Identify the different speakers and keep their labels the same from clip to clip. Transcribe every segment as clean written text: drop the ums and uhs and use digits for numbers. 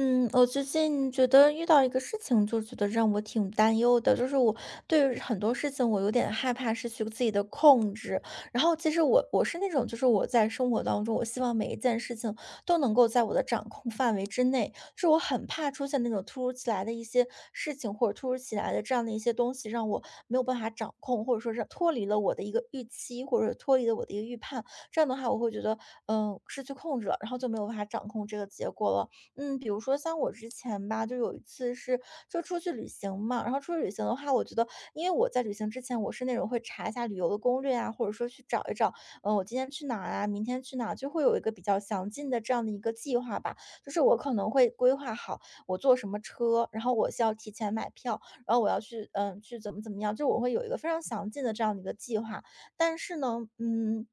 Speaker 1: 嗯，我最近觉得遇到一个事情，就觉得让我挺担忧的，就是我对于很多事情，我有点害怕失去自己的控制。然后，其实我是那种，就是我在生活当中，我希望每一件事情都能够在我的掌控范围之内，就是我很怕出现那种突如其来的一些事情，或者突如其来的这样的一些东西，让我没有办法掌控，或者说是脱离了我的一个预期，或者脱离了我的一个预判。这样的话，我会觉得，失去控制了，然后就没有办法掌控这个结果了。比如说像我之前吧，就有一次是就出去旅行嘛，然后出去旅行的话，我觉得因为我在旅行之前，我是那种会查一下旅游的攻略啊，或者说去找一找，我今天去哪儿啊，明天去哪儿就会有一个比较详尽的这样的一个计划吧。就是我可能会规划好我坐什么车，然后我需要提前买票，然后我要去怎么怎么样，就我会有一个非常详尽的这样的一个计划。但是呢，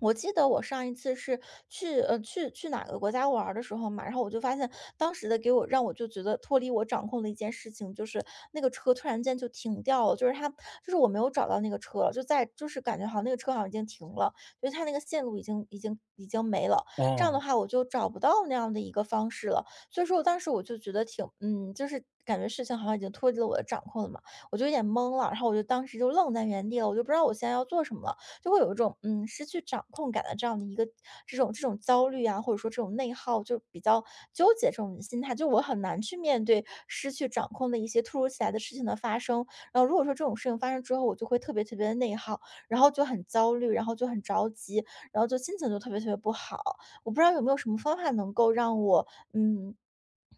Speaker 1: 我记得我上一次是去哪个国家玩儿的时候嘛，然后我就发现当时的给我让我就觉得脱离我掌控的一件事情，就是那个车突然间就停掉了，就是它就是我没有找到那个车了，就在就是感觉好像那个车好像已经停了，就是它那个线路已经没了，这样的
Speaker 2: 哦，
Speaker 1: 话我就找不到那样的一个方式了，所以说我当时我就觉得就是感觉事情好像已经脱离了我的掌控了嘛。我就有点懵了，然后我就当时就愣在原地了，我就不知道我现在要做什么了，就会有一种失去掌控感的这样的一个这种焦虑啊，或者说这种内耗，就比较纠结这种心态，就我很难去面对失去掌控的一些突如其来的事情的发生。然后如果说这种事情发生之后，我就会特别特别的内耗，然后就很焦虑，然后就很着急，然后就心情就特别特别不好。我不知道有没有什么方法能够让我嗯。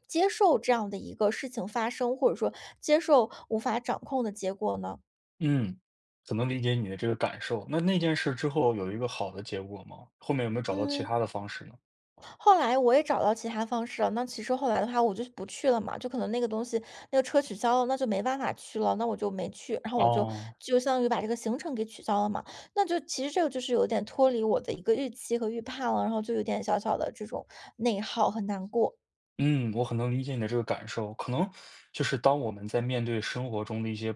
Speaker 1: 接受这样的一个事情发生，或者说接受无法掌控的结果呢？
Speaker 2: 嗯，很能理解你的这个感受。那件事之后有一个好的结果吗？后面有没有找到其
Speaker 1: 嗯，
Speaker 2: 他的方式呢？
Speaker 1: 后来我也找到其他方式了。那其实后来的话，我就不去了嘛，就可能那个东西，那个车取消了，那就没办法去了，那我就没去，然后我就
Speaker 2: 哦。
Speaker 1: 就相当于把这个行程给取消了嘛。那就其实这个就是有点脱离我的一个预期和预判了，然后就有点小小的这种内耗和难过。
Speaker 2: 嗯，我很能理解你的这个感受。可能就是当我们在面对生活中的一些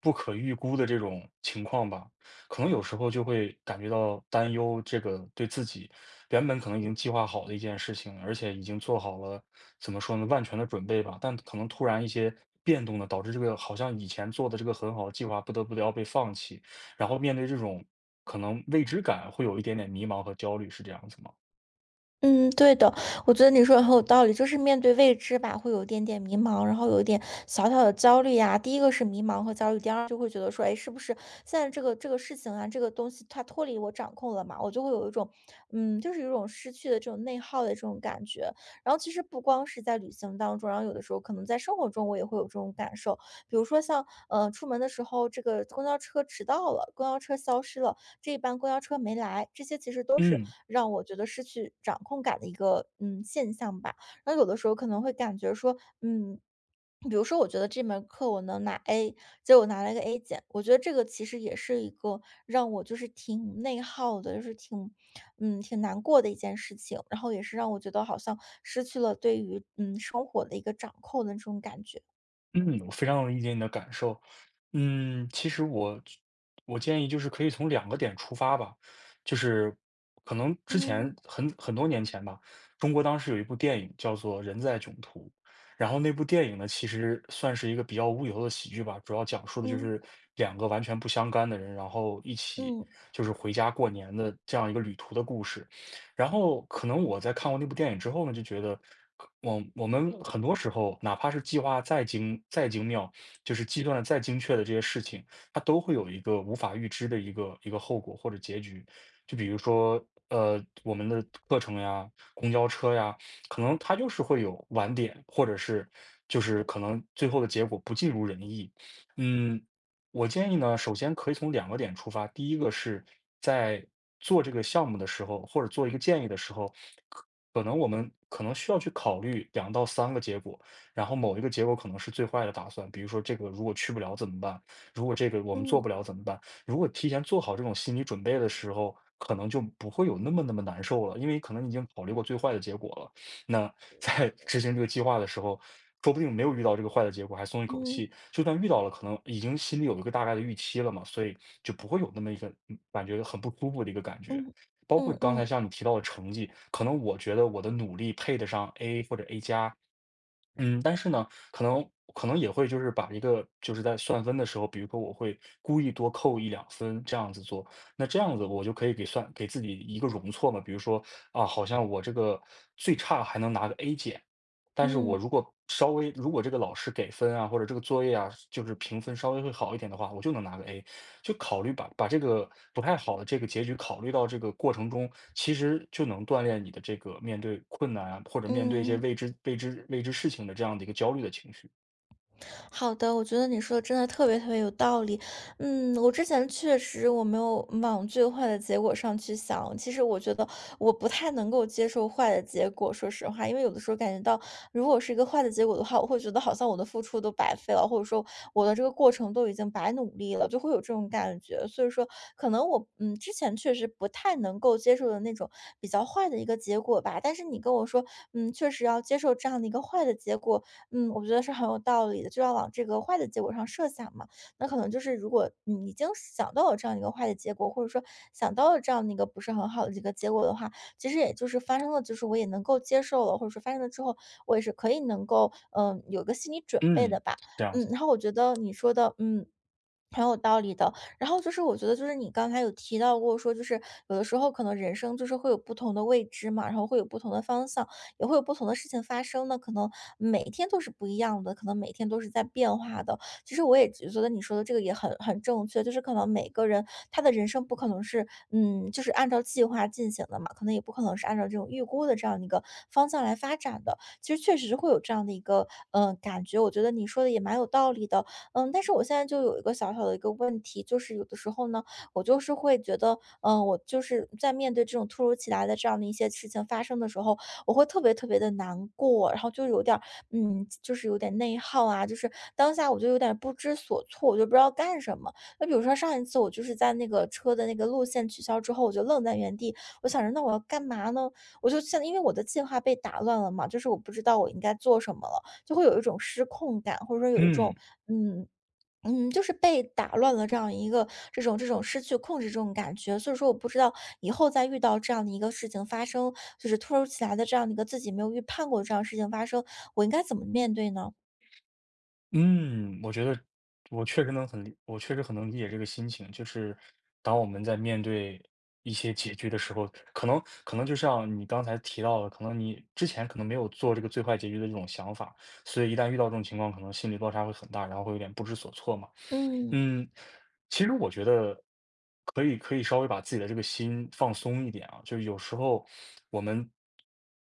Speaker 2: 不可预估的这种情况吧，可能有时候就会感觉到担忧，这个对自己原本可能已经计划好的一件事情，而且已经做好了，怎么说呢，万全的准备吧。但可能突然一些变动呢，导致这个好像以前做的这个很好的计划，不得不的要被放弃。然后面对这种可能未知感，会有一点点迷茫和焦虑，是这样子吗？
Speaker 1: 嗯，对的，我觉得你说的很有道理，就是面对未知吧，会有一点点迷茫，然后有一点小小的焦虑呀。第一个是迷茫和焦虑，第二就会觉得说，哎，是不是现在这个事情啊，这个东西它脱离我掌控了嘛？我就会有一种，就是有一种失去的这种内耗的这种感觉。然后其实不光是在旅行当中，然后有的时候可能在生活中我也会有这种感受，比如说像，出门的时候，这个公交车迟到了，公交车消失了，这一班公交车没来，这些其实都是
Speaker 2: 嗯。
Speaker 1: 让我觉得失去掌控感的一个，现象吧。然后有的时候可能会感觉说，比如说我觉得这门课我能拿 A，结果我拿了个 A-，我觉得这个其实也是一个让我就是挺内耗的，就是挺难过的一件事情。然后也是让我觉得好像失去了对于，生活的一个掌控的这种感觉。
Speaker 2: 嗯，我非常理解你的感受。其实我建议就是可以从两个点出发吧，就是可能之
Speaker 1: 嗯
Speaker 2: 前很多年前吧，中国当时有一部电影叫做《人在囧途》，然后那部电影呢，其实算是一个比较无厘头的喜剧吧，主要讲述的就
Speaker 1: 嗯。
Speaker 2: 是两个完全不相干的人，然后一起
Speaker 1: 嗯
Speaker 2: 就是回家过年的这样一个旅途的故事。然后可能我在看过那部电影之后呢，就觉得可我们很多时候，哪怕是计划再精妙，就是计算的再精确的这些事情，它都会有一个无法预知的一个后果或者结局。就比如说，我们的课程呀、公交车呀，可能它就是会有晚点，或者是就是可能最后的结果不尽如人意。嗯，我建议呢，首先可以从两个点出发。第一个是在做这个项目的时候，或者做一个建议的时候，可可能我们可能需要去考虑两到三个结果，然后某一个结果可能是最坏的打算，比如说这个如果去不了怎么办？如果这个我们做
Speaker 1: 嗯
Speaker 2: 不了怎么办？如果提前做好这种心理准备的时候，可能就不会有那么难受了，因为可能已经考虑过最坏的结果了。那 在执行这个计划的时候，说不定没有遇到这个坏的结果，还松一口
Speaker 1: 嗯
Speaker 2: 气；就算遇到了，可能已经心里有一个大概的预期了嘛，所以就不会有那么一个感觉很不舒服的一个感觉。
Speaker 1: 嗯
Speaker 2: 包
Speaker 1: 嗯
Speaker 2: 括刚才
Speaker 1: 嗯
Speaker 2: 像你提到的成绩，可能我觉得我的努力配得上 A 或者 A 加，嗯，但是呢，可能也会就是把一个就是在算分的时候，比如说我会故意多扣一两分这样子做，那这样子我就可以给算给自己一个容错嘛，比如说啊，好像我这个最差还能拿个 A 减，但是我
Speaker 1: 嗯
Speaker 2: 如果稍微如果这个老师给分啊，或者这个作业啊，就是评分稍微会好一点的话，我就能拿个 A。就考虑把这个不太好的这个结局考虑到这个过程中，其实就能锻炼你的这个面对困难啊，或者面对一些
Speaker 1: 嗯。
Speaker 2: 未知事情的这样的一个焦虑的情绪。
Speaker 1: 好的，我觉得你说的真的特别特别有道理。嗯，我之前确实我没有往最坏的结果上去想，其实我觉得我不太能够接受坏的结果，说实话，因为有的时候感觉到，如果是一个坏的结果的话，我会觉得好像我的付出都白费了，或者说我的这个过程都已经白努力了，就会有这种感觉。所以说，可能我之前确实不太能够接受的那种比较坏的一个结果吧，但是你跟我说，确实要接受这样的一个坏的结果，我觉得是很有道理的，就要往这个坏的结果上设想嘛。那可能就是如果你已经想到了这样一个坏的结果，或者说想到了这样的一个不是很好的一个结果的话，其实也就是发生了，就是我也能够接受了，或者说发生了之后，我也是可以能够，有个心理准备的
Speaker 2: 嗯，
Speaker 1: 吧。
Speaker 2: 这样子，
Speaker 1: 然后我觉得你说的，很有道理的，然后就是我觉得就是你刚才有提到过说，就是有的时候可能人生就是会有不同的未知嘛，然后会有不同的方向，也会有不同的事情发生。呢，可能每天都是不一样的，可能每天都是在变化的。其实我也觉得你说的这个也很正确，就是可能每个人他的人生不可能是就是按照计划进行的嘛，可能也不可能是按照这种预估的这样的一个方向来发展的。其实确实是会有这样的一个感觉，我觉得你说的也蛮有道理的，但是我现在就有一个小小的一个问题，就是有的时候呢，我就是会觉得，我就是在面对这种突如其来的这样的一些事情发生的时候，我会特别特别的难过，然后就有点儿就是有点内耗啊，就是当下我就有点不知所措，我就不知道干什么。那比如说上一次我就是在那个车的那个路线取消之后，我就愣在原地，我想着那我要干嘛呢？我就像因为我的计划被打乱了嘛，就是我不知道我应该做什么了，就会有一种失控感，或者说有一种
Speaker 2: 嗯。
Speaker 1: 嗯就是被打乱了这样一个这种失去控制这种感觉，所以说我不知道以后再遇到这样的一个事情发生，就是突如其来的这样的一个自己没有预判过的这样的事情发生，我应该怎么面对呢？
Speaker 2: 嗯，我觉得我确实很能理解这个心情。就是当我们在面对一些拮局的时候，可能就像你刚才提到的，可能你之前可能没有做这个最坏结局的这种想法，所以一旦遇到这种情况，可能心理落差会很大，然后会有点不知所措嘛。
Speaker 1: 嗯
Speaker 2: 嗯，其实我觉得可以稍微把自己的这个心放松一点啊，就是有时候我们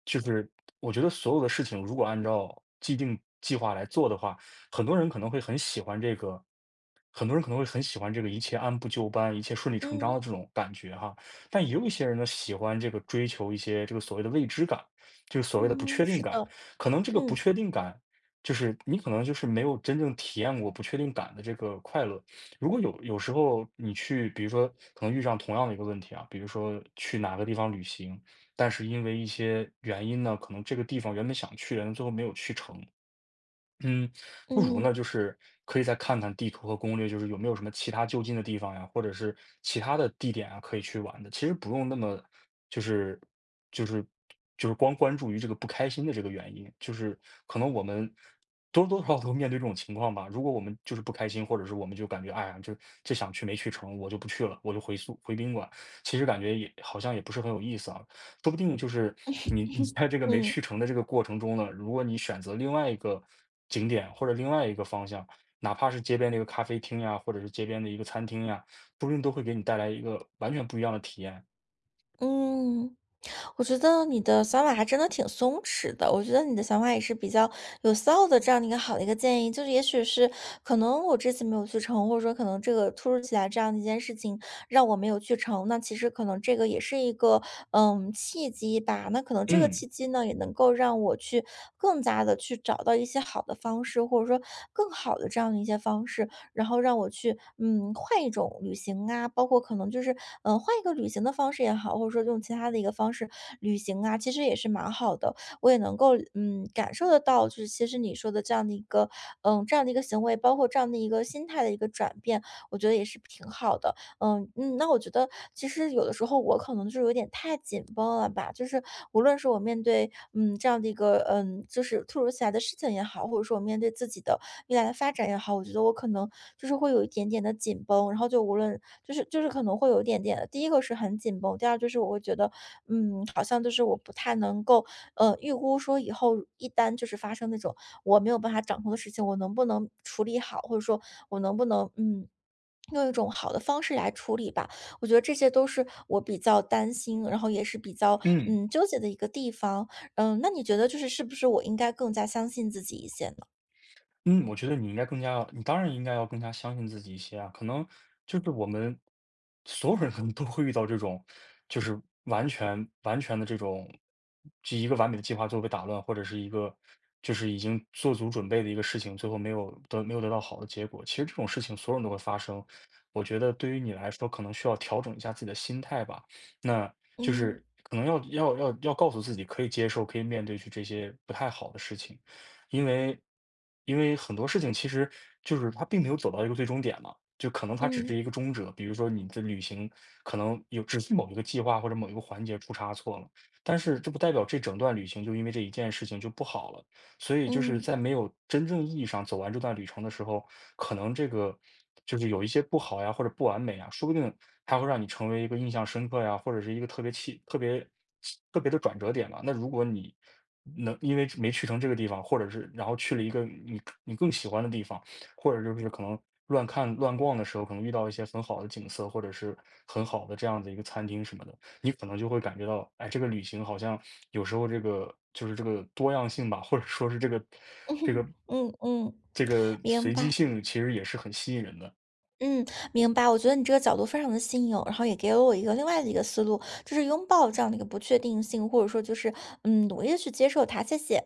Speaker 2: 就是我觉得所有的事情如果按照既定计划来做的话，很多人可能会很喜欢这个，很多人可能会很喜欢这个一切按部就班、一切顺理成章
Speaker 1: 嗯
Speaker 2: 的这种感觉哈。但也有一些人呢，喜欢这个追求一些这个所谓的未知感，就是所谓的不
Speaker 1: 嗯
Speaker 2: 确
Speaker 1: 是
Speaker 2: 定感。
Speaker 1: 的，
Speaker 2: 可能这个不
Speaker 1: 嗯
Speaker 2: 确定感就是你可能就是没有真正体验过不确定感的这个快乐。如果有时候你去，比如说可能遇上同样的一个问题啊，比如说去哪个地方旅行，但是因为一些原因呢，可能这个地方原本想去，但最后没有去成，嗯，不如呢，
Speaker 1: 嗯
Speaker 2: 就是可以再看看地图和攻略，就是有没有什么其他就近的地方呀，或者是其他的地点啊，可以去玩的。其实不用那么，就是就是就是光关注于这个不开心的这个原因，就是可能我们多多少少都面对这种情况吧。如果我们就是不开心，或者是我们就感觉哎呀，这想去没去成，我就不去了，我就回宾馆。其实感觉也好像也不是很有意思啊。说不定就是你在这个没
Speaker 1: 嗯
Speaker 2: 去成的这个过程中呢，如果你选择另外一个景点或者另外一个方向，哪怕是街边的一个咖啡厅呀，或者是街边的一个餐厅呀，说不定都会给你带来一个完全不一样的体验。
Speaker 1: 嗯。我觉得你的想法还真的挺松弛的，我觉得你的想法也是比较有效的，这样的一个好的一个建议，就是也许是可能我这次没有去成，或者说可能这个突如其来这样的一件事情让我没有去成，那其实可能这个也是一个契机吧，那可能这个
Speaker 2: 嗯
Speaker 1: 契机呢也能够让我去更加的去找到一些好的方式，或者说更好的这样的一些方式，然后让我去，换一种旅行啊，包括可能就是，换一个旅行的方式也好，或者说用其他的一个方式旅行啊，其实也是蛮好的。我也能够，感受得到，就是其实你说的这样的一个，这样的一个行为，包括这样的一个心态的一个转变，我觉得也是挺好的。嗯嗯，那我觉得其实有的时候我可能就是有点太紧绷了吧，就是无论是我面对这样的一个就是突如其来的事情也好，或者说我面对自己的未来的发展也好，我觉得我可能就是会有一点点的紧绷，然后就无论就是可能会有一点点的，第一个是很紧绷，第二就是我会觉得好像就是我不太能够预估说以后一旦就是发生那种。我没有办法掌控的事情，我能不能处理好，或者说我能不能用一种好的方式来处理吧，我觉得这些都是我比较担心，然后也是比较
Speaker 2: 嗯。
Speaker 1: 纠结的一个地方。那你觉得就是是不是我应该更加相信自己一些呢？
Speaker 2: 嗯，我觉得你当然应该要更加相信自己一些啊。可能就是我们所有人可能都会遇到这种，就是完全的这种，就一个完美的计划最后被打乱，或者是一个就是已经做足准备的一个事情，最后没有得到好的结果。其实这种事情所有人都会发生。我觉得对于你来说，可能需要调整一下自己的心态吧。那就
Speaker 1: 嗯
Speaker 2: 是可能要告诉自己，可以接受，可以面对去这些不太好的事情。因为因为很多事情其实就是它并没有走到一个最终点嘛，就可能它只
Speaker 1: 嗯
Speaker 2: 是一个终者。比如说你的旅行可能有只是某一个计划或者某一个环节出差错了，但是这不代表这整段旅行就因为这一件事情就不好了。所以就是
Speaker 1: 嗯
Speaker 2: 在没有真正意义上走完这段旅程的时候，可能这个就是有一些不好呀，或者不完美啊，说不定它会让你成为一个印象深刻呀，或者是一个特别的转折点吧。那如果你能因为没去成这个地方，或者是然后去了一个你更喜欢的地方，或者就是可能乱看乱逛的时候，可能遇到一些很好的景色，或者是很好的这样的一个餐厅什么的。你可能就会感觉到，哎，这个旅行好像有时候这个就是这个多样性吧，或者说是这个
Speaker 1: 嗯嗯，
Speaker 2: 这个
Speaker 1: 明
Speaker 2: 随机
Speaker 1: 白。
Speaker 2: 性，其实也是很吸引人的。
Speaker 1: 嗯，明白。我觉得你这个角度非常的新颖，然后也给了我一个另外的一个思路，就是拥抱这样的一个不确定性，或者说就是努力的去接受它。谢谢。